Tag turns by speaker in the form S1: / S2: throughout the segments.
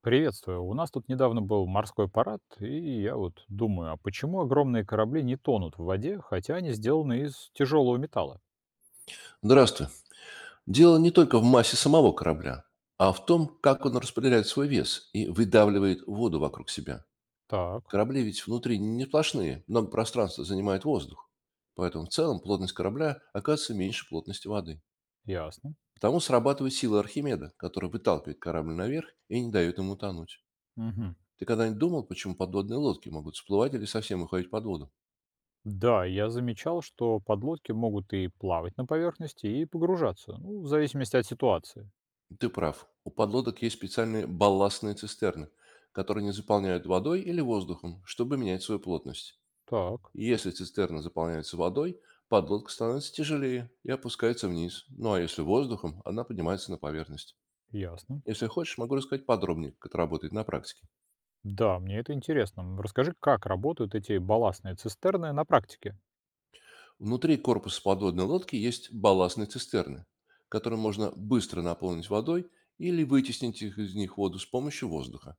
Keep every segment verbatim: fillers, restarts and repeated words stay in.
S1: Приветствую. У нас тут недавно был морской парад, и я вот думаю, а почему огромные корабли не тонут в воде, хотя они сделаны из тяжелого металла?
S2: Здравствуй. Дело не только в массе самого корабля, а в том, как он распределяет свой вес и выдавливает воду вокруг себя.
S1: Так,
S2: Корабли ведь внутри не сплошные, много пространства занимает воздух. Поэтому в целом плотность корабля оказывается меньше плотности воды.
S1: ясно.
S2: Потому срабатывает сила Архимеда, которая выталкивает корабль наверх и не дает ему утонуть.
S1: Мгм.
S2: Ты когда-нибудь думал, почему подводные лодки могут всплывать или совсем уходить под воду?
S1: Да, я замечал, что подлодки могут и плавать на поверхности, и погружаться, ну, в зависимости от ситуации.
S2: Ты прав. У подлодок есть специальные балластные цистерны, которые не заполняют водой или воздухом, чтобы менять свою плотность.
S1: Так,
S2: И Если цистерна заполняется водой, подлодка становится тяжелее и опускается вниз. Ну а если воздухом, она поднимается на поверхность.
S1: ясно.
S2: Если хочешь, могу рассказать подробнее, как это работает на практике.
S1: Да, мне это интересно. М, Расскажи, как работают эти балластные цистерны на практике.
S2: Внутри корпуса подводной лодки есть балластные цистерны, которые можно быстро наполнить водой или вытеснить их из них воду с помощью воздуха.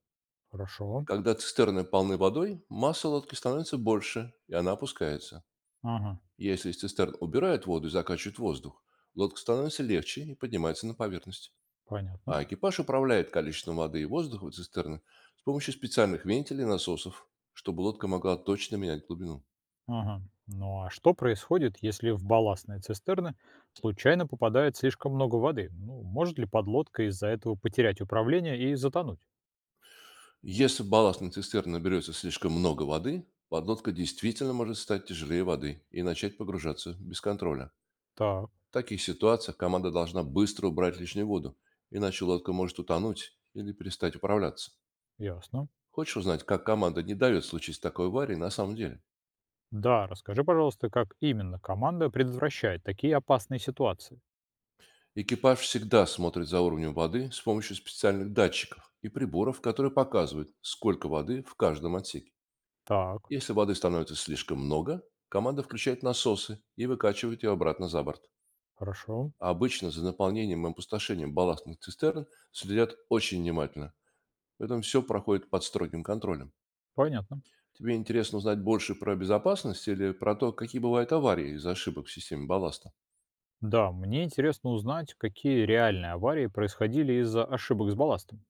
S1: Хорошо.
S2: Когда цистерны полны водой, масса лодки становится больше, и она опускается.
S1: Ага,
S2: Если из цистерн убирают воду и закачивают воздух, лодка становится легче и поднимается на поверхность.
S1: понятно.
S2: А экипаж управляет количеством воды и воздуха в цистерны с помощью специальных вентилей и насосов, чтобы лодка могла точно менять глубину.
S1: Ага. Ну а что происходит, если в балластные цистерны случайно попадает слишком много воды? Ну, может ли подлодка из-за этого потерять управление и затонуть?
S2: Если в балластной цистерне наберется слишком много воды, подлодка действительно может стать тяжелее воды и начать погружаться без контроля.
S1: Так,
S2: В таких ситуациях команда должна быстро убрать лишнюю воду, иначе лодка может утонуть или перестать управляться.
S1: ясно.
S2: Хочешь узнать, как команда не дает случиться такой аварии на самом деле?
S1: Да, расскажи, пожалуйста, как именно команда предотвращает такие опасные ситуации.
S2: Экипаж всегда смотрит за уровнем воды с помощью специальных датчиков и приборов, которые показывают, сколько воды в каждом отсеке.
S1: Так,
S2: Если воды становится слишком много, команда включает насосы и выкачивает ее обратно за борт.
S1: хорошо,
S2: А обычно за наполнением и опустошением балластных цистерн следят очень внимательно, поэтому все проходит под строгим контролем.
S1: понятно.
S2: Тебе интересно узнать больше про безопасность или про то, какие бывают аварии из-за ошибок в системе балласта?
S1: Да, мне интересно узнать, какие реальные аварии происходили из-за ошибок с балластом.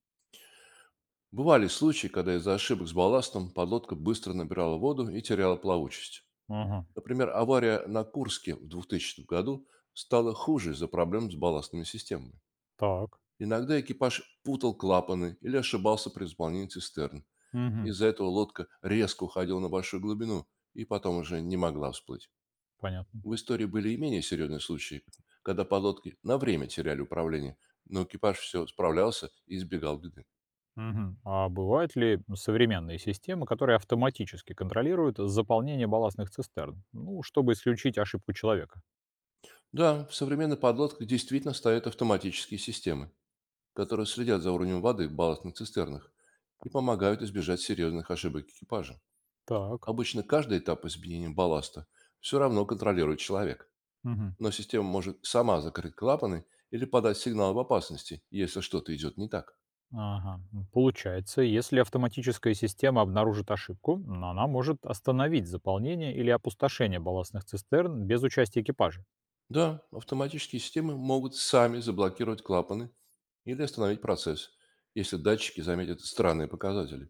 S2: Бывали случаи, когда из-за ошибок с балластом подлодка быстро набирала воду и теряла плавучесть.
S1: Ага,
S2: Например, авария на Курске в двухтысячном году стала хуже из-за проблем с балластными системами.
S1: так,
S2: Иногда экипаж путал клапаны или ошибался при исполнении цистерн.
S1: угу,
S2: Из-за этого лодка резко уходила на большую глубину и потом уже не могла всплыть.
S1: понятно.
S2: В истории были и менее серьезные случаи, когда подлодки на время теряли управление, но экипаж все справлялся и избегал беды.
S1: Мгм. А бывают ли современные системы, которые автоматически контролируют заполнение балластных цистерн? Ну, чтобы исключить ошибку человека.
S2: Да, в современных подлодках действительно стоят автоматические системы, которые следят за уровнем воды в балластных цистернах и помогают избежать серьезных ошибок экипажа.
S1: Так,
S2: Обычно каждый этап изменения балласта все равно контролирует человек,
S1: мгм.
S2: но система может сама закрыть клапаны или подать сигнал об опасности, если что-то идет не так.
S1: Ага. М, Получается, если автоматическая система обнаружит ошибку, м, она может остановить заполнение или опустошение балластных цистерн без участия экипажа.
S2: Да, автоматические системы могут сами заблокировать клапаны или остановить процесс, если датчики заметят странные показатели.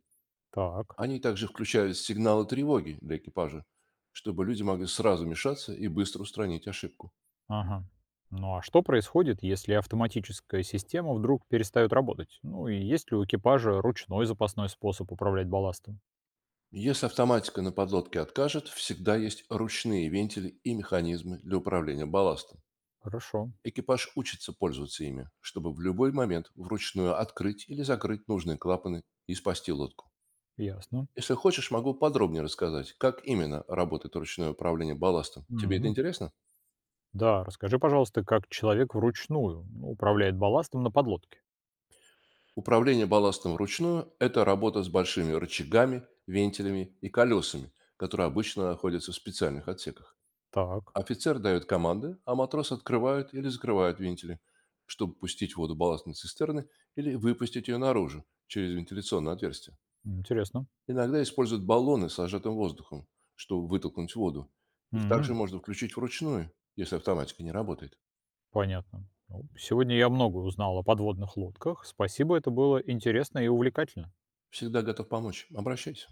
S1: Так.
S2: Они также включают сигналы тревоги для экипажа, чтобы люди могли сразу вмешаться и быстро устранить ошибку.
S1: Ага. Ну а что происходит, если автоматическая система вдруг перестает работать? Ну и есть ли у экипажа ручной запасной способ управлять балластом?
S2: Если автоматика на подлодке откажет, всегда есть ручные вентили и механизмы для управления балластом.
S1: Хорошо,
S2: Экипаж учится пользоваться ими, чтобы в любой момент вручную открыть или закрыть нужные клапаны и спасти лодку.
S1: ясно.
S2: Если хочешь, могу подробнее рассказать, как именно работает ручное управление балластом. Тебе это
S1: М.
S2: интересно?
S1: Да, расскажи, пожалуйста, как человек вручную, ну, управляет балластом на подлодке.
S2: Управление балластом вручную– это работа с большими рычагами, вентилями и колесами, которые обычно находятся в специальных отсеках.
S1: Так,
S2: Офицер дает команды, а матрос открывает или закрывает вентили, чтобы пустить воду балластной цистерны или выпустить ее наружу через вентиляционное отверстие.
S1: интересно.
S2: Иногда используют баллоны с сжатым воздухом, чтобы вытолкнуть воду. Их
S1: М,
S2: также можно включить вручную, если автоматика не работает.
S1: Понятно. Ну, сегодня я много узнал о подводных лодках. Спасибо, это было интересно и увлекательно.
S2: Всегда готов помочь. Обращайся.